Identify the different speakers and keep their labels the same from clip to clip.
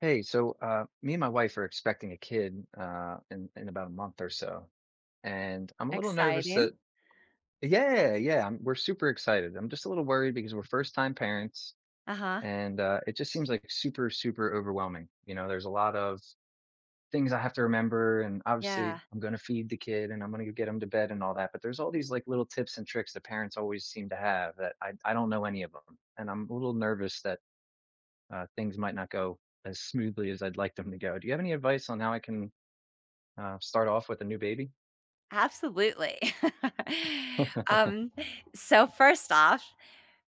Speaker 1: Hey, me and my wife are expecting a kid in about a month or so, and I'm a little nervous that
Speaker 2: Exciting.
Speaker 1: yeah, yeah, I'm, we're super excited. I'm just a little worried because we're first time parents,
Speaker 2: Uh-huh.
Speaker 1: and it just seems like super overwhelming. You know, there's a lot of things I have to remember, and obviously
Speaker 2: Yeah,
Speaker 1: I'm going to feed the kid and I'm going to get him to bed and all that. But there's all these like little tips and tricks that parents always seem to have that I don't know any of them, and I'm a little nervous that things might not go as smoothly as I'd like them to go. Do you have any advice on how I can start off with a new baby?
Speaker 2: absolutely. Um, so first off,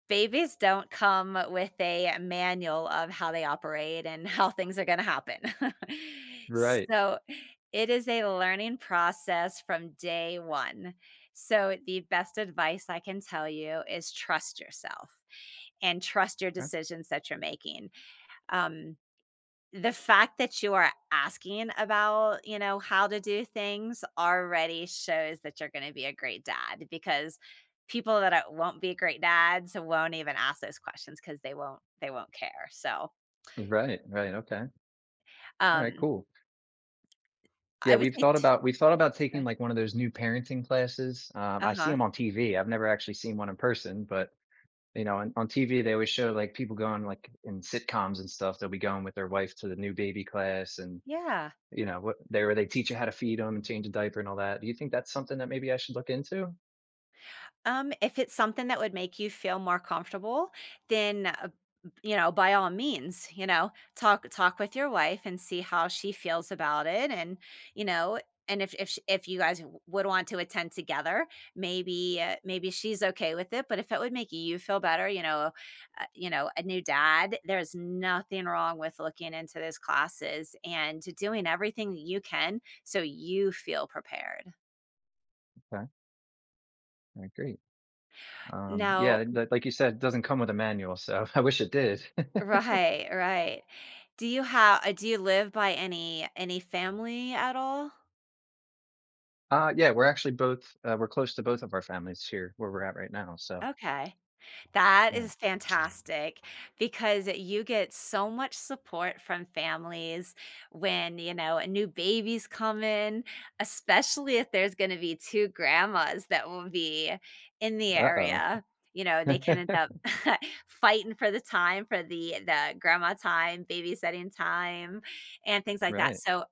Speaker 2: babies don't come with a manual of how they operate and how things are gonna happen.
Speaker 1: Right.
Speaker 2: So it is a learning process from day one. So the best advice I can tell you is trust yourself and trust your
Speaker 1: Okay.
Speaker 2: decisions that you're making. Um The fact that you are asking about, how to do things already shows that you're gonna be a great dad because people that are won't be great dads won't even ask those questions because they won't care, so,
Speaker 1: Right, right. Okay. All right,
Speaker 2: um,
Speaker 1: cool. Yeah,
Speaker 2: I would
Speaker 1: we've
Speaker 2: say
Speaker 1: thought about we've thought about taking
Speaker 2: uh,
Speaker 1: like one of those new parenting classes. I see
Speaker 2: uh-huh,
Speaker 1: them on TV. I've never actually seen one in person, but you know, on TV they always show like people going like in sitcoms and stuff. They'll be going with their wife to the new baby class, and
Speaker 2: yeah.
Speaker 1: you know what they where they teach you how to feed them and change a diaper and all that. Do you think that's something that maybe I should look into?
Speaker 2: If it's something that would make you feel more comfortable, then, you know, by all means, you know, talk with your wife and see how she feels about it, and you know, and if you guys would want to attend together, maybe maybe she's okay with it. But if it would make you feel better, you know, a new dad, there's nothing wrong with looking into those classes and doing everything that you can so you feel prepared.
Speaker 1: Okay. All right, great. Yeah,
Speaker 2: Now,
Speaker 1: like you said, it doesn't come with a manual, so I wish it did.
Speaker 2: right, right. Do you have do you live by any family at all?
Speaker 1: Yeah, we're actually both we're close to both of our families here where we're at right now. So
Speaker 2: Okay. That
Speaker 1: yeah.
Speaker 2: is fantastic because you get so much support from families when, you know, a new baby's coming, especially if there's going to be two grandmas that will be in the
Speaker 1: Uh-oh.
Speaker 2: area. You know, they can end up fighting for the time for the grandma time, babysitting time, and things like that.
Speaker 1: Right.
Speaker 2: So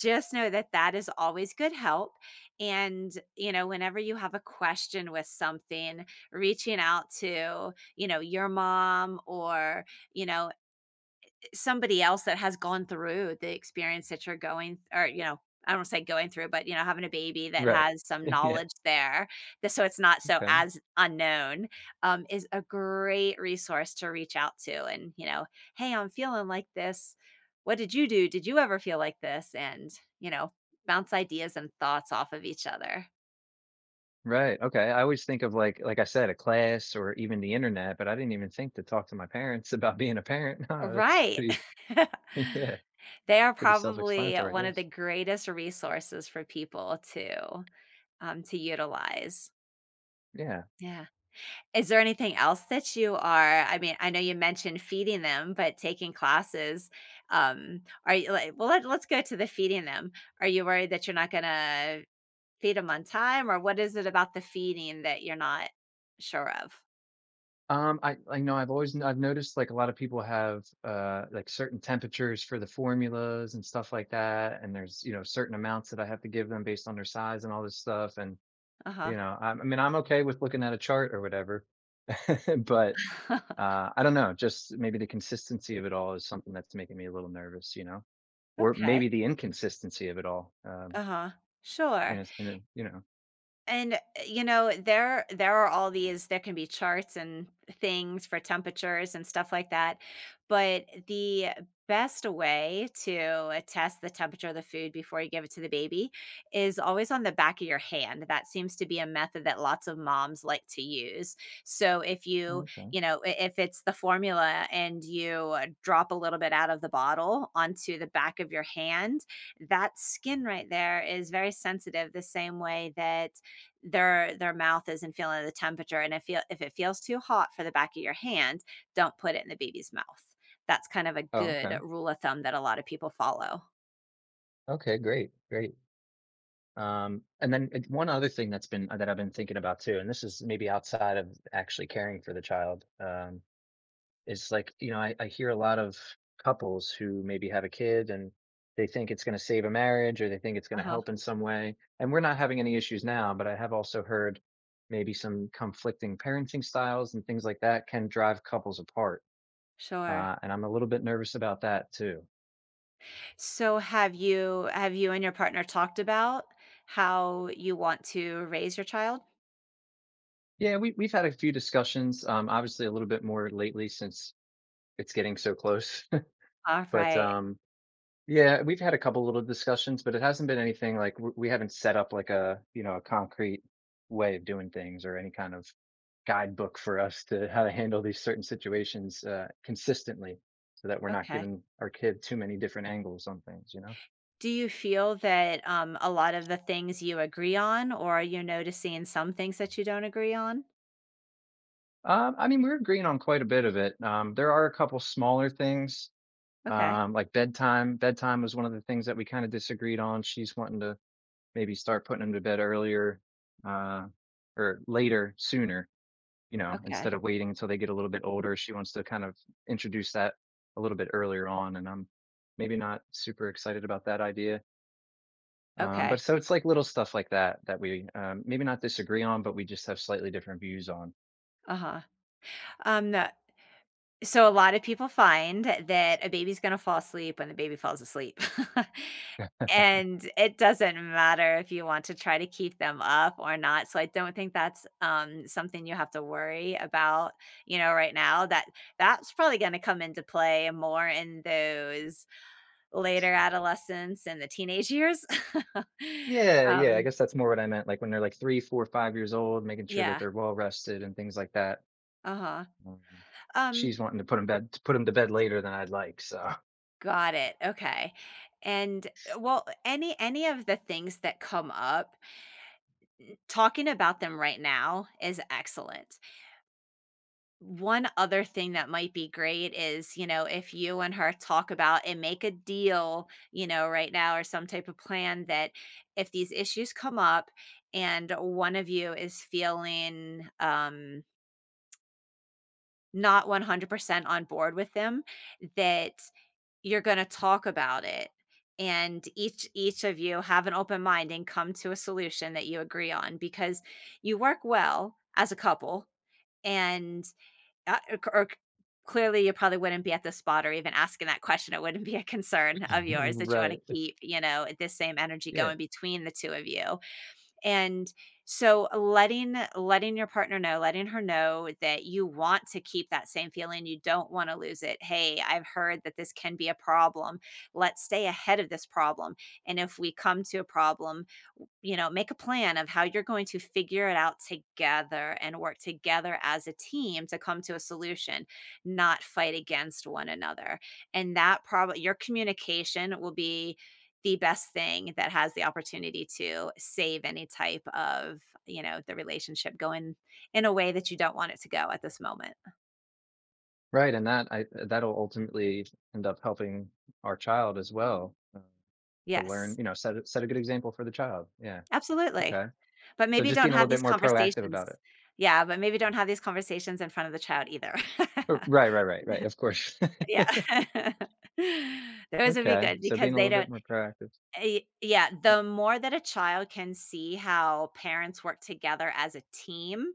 Speaker 2: just know that that is always good help. And, you know, whenever you have a question with something, reaching out to, you know, your mom or, you know, somebody else that has gone through the experience that you're going or, you know, I don't say going through, but, you know, having a baby that
Speaker 1: Right.
Speaker 2: has some
Speaker 1: Yeah.
Speaker 2: knowledge there, that so it's not so
Speaker 1: Okay.
Speaker 2: as unknown, is a great resource to reach out to and, you know, "Hey, I'm feeling like this. What did you do? Did you ever feel like this?" And, you know, bounce ideas and thoughts off of each other.
Speaker 1: Right. Okay. I always think of like I said, a class or even the internet, but I didn't even think to talk to my parents about being a parent. No, that's
Speaker 2: Right.
Speaker 1: pretty yeah,
Speaker 2: They are
Speaker 1: pretty
Speaker 2: probably
Speaker 1: self-explanatory,
Speaker 2: one
Speaker 1: I
Speaker 2: of the
Speaker 1: guess.
Speaker 2: greatest resources for people to utilize.
Speaker 1: Yeah.
Speaker 2: Yeah. Is there anything else that you are I mean, I know you mentioned feeding them, but taking classes, are you like well, let, let's go to the feeding them. Are you worried that you're not going to feed them on time or what is it about the feeding that you're not sure of?
Speaker 1: I know I've noticed, like, a lot of people have, like, certain temperatures for the formulas and stuff like that, and there's, you know, certain amounts that I have to give them based on their size and all this stuff, and, you
Speaker 2: Uh-huh.
Speaker 1: know, I mean, I'm okay with looking at a chart or whatever, but, I don't know, just maybe the consistency of it all is something that's making me a little nervous, you know? Or
Speaker 2: Okay.
Speaker 1: maybe the inconsistency of it all,
Speaker 2: Uh-huh.
Speaker 1: and
Speaker 2: Sure.
Speaker 1: it's and it you know?
Speaker 2: And, you know, there are all these there can be charts and things for temperatures and stuff like that, but the best way to test the temperature of the food before you give it to the baby is always on the back of your hand. That seems to be a method that lots of moms like to use. So if you,
Speaker 1: Okay.
Speaker 2: you know, if it's the formula and you drop a little bit out of the bottle onto the back of your hand, that skin right there is very sensitive the same way that their mouth isn't feeling the temperature and if it feels too hot for the back of your hand, don't put it in the baby's mouth. That's kind of a
Speaker 1: Oh,
Speaker 2: good
Speaker 1: okay.
Speaker 2: rule of thumb that a lot of people follow.
Speaker 1: Okay, great. And then it's one other thing that's been that I've been thinking about too, and this is maybe outside of actually caring for the child, is like, you know, I hear a lot of couples who maybe have a kid and they think it's going to save a marriage or they think it's going to
Speaker 2: Uh-huh.
Speaker 1: help in some way. And we're not having any issues now, but I have also heard maybe some conflicting parenting styles and things like that can drive couples apart.
Speaker 2: Sure.
Speaker 1: And I'm a little bit nervous about that too.
Speaker 2: So have you and your partner talked about how you want to raise your child?
Speaker 1: Yeah, we've had a few discussions, obviously a little bit more lately since it's getting so close. But,
Speaker 2: Alright,
Speaker 1: yeah, we've had a couple little discussions, but it hasn't been anything like w we haven't set up like a, you know, a concrete way of doing things or any kind of guidebook for us to how to handle these certain situations, consistently so that we're not
Speaker 2: okay.
Speaker 1: giving our kid too many different angles on things, you know?
Speaker 2: Do you feel that, a lot of the things you agree on, or are you noticing some things that you don't agree on?
Speaker 1: I mean, we're agreeing on quite a bit of it. There are a couple smaller things,
Speaker 2: Okay,
Speaker 1: like bedtime. Bedtime was one of the things that we kinda disagreed on. She's wanting to maybe start putting them to bed earlier uh, or later, sooner, you know, instead
Speaker 2: okay,
Speaker 1: of waiting until they get a little bit older. She wants to kind of introduce that a little bit earlier on. And I'm maybe not super excited about that idea.
Speaker 2: okay,
Speaker 1: But so it's like little stuff like that that we maybe not disagree on, but we just have slightly different views on.
Speaker 2: uh-huh. The So a lot of people find that a baby's gonna fall asleep when the baby falls asleep. And it doesn't matter if you want to try to keep them up or not, so I don't think that's, something you have to worry about, you know, right now, that that's probably gonna come into play more in those later adolescence and the teenage years.
Speaker 1: Yeah, yeah. I
Speaker 2: Um,
Speaker 1: guess that's more what I meant. Like when they're like three, four, 5 years old, making sure that
Speaker 2: yeah,
Speaker 1: they're well rested and things like that.
Speaker 2: uh-huh.
Speaker 1: Um,
Speaker 2: Um,
Speaker 1: she's wanting to put them to bed later than I'd like. So
Speaker 2: got it, okay, and, any of the things that come up, talking about them right now is excellent. One other thing that might be great is, you know, if you and her talk about and make a deal, you know, right now or some type of plan that if these issues come up and one of you is feeling, not 100% on board with them, that you're gonna talk about it and each of you have an open mind and come to a solution that you agree on because you work well as a couple and or clearly you probably wouldn't be at this spot or even asking that question, it wouldn't be a concern of yours that you want to
Speaker 1: right,
Speaker 2: keep, you know, this same energy
Speaker 1: yeah.
Speaker 2: going between the two of you. And so letting your partner know, letting her know that you want to keep that same feeling, you don't want to lose it. Hey, I've heard that this can be a problem. Let's stay ahead of this problem. And if we come to a problem, you know, make a plan of how you're going to figure it out together and work together as a team to come to a solution, not fight against one another. And that probably your communication will be the best thing that has the opportunity to save any type of, you know, the relationship going in a way that you don't want it to go at this moment.
Speaker 1: Right, and that'll ultimately end up helping our child as well, to learn,
Speaker 2: Yes,
Speaker 1: you know, set a good example for the child. Yeah,
Speaker 2: absolutely.
Speaker 1: okay.
Speaker 2: But
Speaker 1: So
Speaker 2: maybe
Speaker 1: just
Speaker 2: don't
Speaker 1: being a little
Speaker 2: have
Speaker 1: bit
Speaker 2: these
Speaker 1: more proactive
Speaker 2: conversations.
Speaker 1: about it.
Speaker 2: Yeah, but maybe don't have these conversations in front of the child either.
Speaker 1: R right, of course.
Speaker 2: Yeah. Those would be
Speaker 1: Okay,
Speaker 2: good
Speaker 1: so
Speaker 2: because
Speaker 1: being a
Speaker 2: they
Speaker 1: little bit
Speaker 2: don't
Speaker 1: more proactive.
Speaker 2: eh, yeah, the more that a child can see how parents work together as a team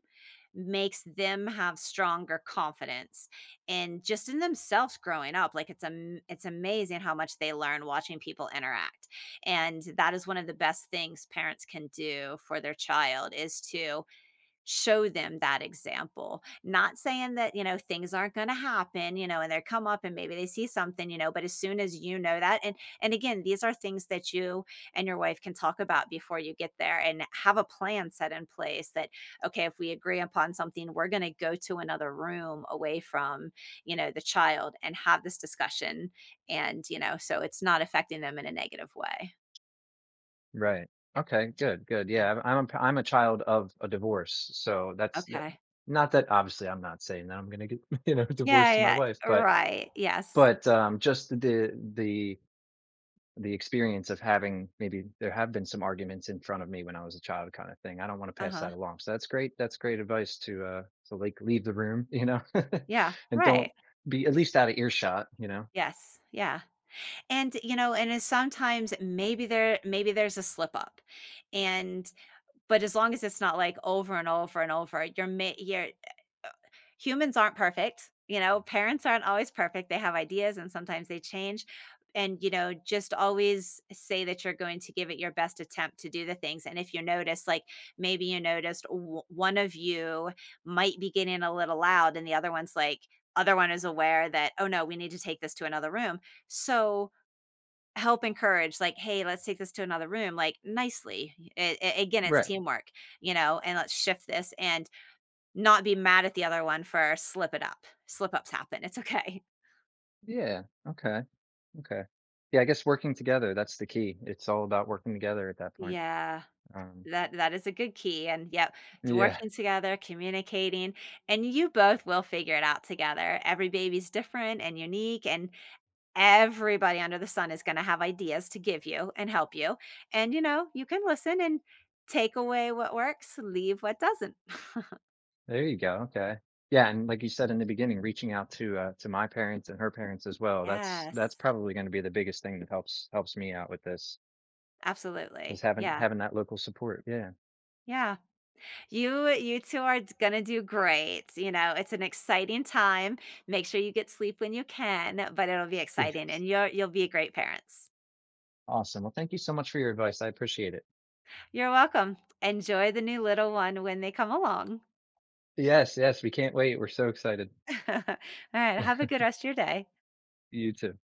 Speaker 2: makes them have stronger confidence and just in themselves growing up, like it's a, it's amazing how much they learn watching people interact, and that is one of the best things parents can do for their child is to show them that example. Not saying that, you know, things aren't going to happen, you know, and they come up and maybe they see something, you know, but as soon as you know that, and again, these are things that you and your wife can talk about before you get there and have a plan set in place that okay, if we agree upon something, we're going to go to another room away from, you know, the child and have this discussion and, you know, so it's not affecting them in a negative way.
Speaker 1: Right. Okay, good. Yeah, I'm a child of a divorce, so that's that
Speaker 2: Okay.
Speaker 1: not that, obviously, I'm not saying that I'm gonna get, you know,
Speaker 2: Yeah,
Speaker 1: divorced to my
Speaker 2: yeah,
Speaker 1: wife,
Speaker 2: yeah.
Speaker 1: but
Speaker 2: Right. Yes.
Speaker 1: just the experience of having maybe there have been some arguments in front of me when I was a child kind of thing. I don't wanna pass
Speaker 2: Uh-huh.
Speaker 1: that along. So that's great advice to, like, leave the room, you know,
Speaker 2: Yeah,
Speaker 1: and
Speaker 2: right.
Speaker 1: don't be at least out of earshot, you know?
Speaker 2: Yes, yeah, and, you know, and it's sometimes maybe there maybe there's a slip up, and but as long as it's not, like, over and over and over, you're ma you're humans aren't perfect, you know, parents aren't always perfect. They have ideas and sometimes they change. And, you know, just always say that you're going to give it your best attempt to do the things. And if you notice, like maybe you noticed one of you might be getting a little loud and the other one's like, other one is aware that, oh no, we need to take this to another room. So help encourage, like, hey, let's take this to another room, like nicely. It, again, it's
Speaker 1: Right.
Speaker 2: teamwork, you know, and let's shift this. And not be mad at the other one for slip it up. Slip ups happen. It's okay.
Speaker 1: Yeah. Okay, okay. Yeah, I guess working together, that's the key. It's all about working together at that point.
Speaker 2: Yeah.
Speaker 1: Um,
Speaker 2: That that is a good key, and yep, it's
Speaker 1: yeah,
Speaker 2: working together, communicating, and you both will figure it out together. Every baby's different and unique, and everybody under the sun is gonna have ideas to give you and help you. And, you know, you can listen and take away what works, leave what doesn't.
Speaker 1: there you go, okay. Yeah, and like you said in the beginning, reaching out to my parents and her parents as well. That's
Speaker 2: Yes.
Speaker 1: probably gonna be the biggest thing that helps me out with this. Is
Speaker 2: Absolutely. Yeah.
Speaker 1: having that local support, yeah.
Speaker 2: Yeah. You two are d gonna do great, you know, it's an exciting time, make sure you get sleep when you can, but it'll be exciting,
Speaker 1: Yes.
Speaker 2: and you'll be great parents.
Speaker 1: Awesome, well, thank you so much for your advice, I appreciate it.
Speaker 2: You're welcome. Enjoy the new little one when they come along.
Speaker 1: Yes, we can't wait, we're so excited.
Speaker 2: Alright, have a good rest of your day.
Speaker 1: You too.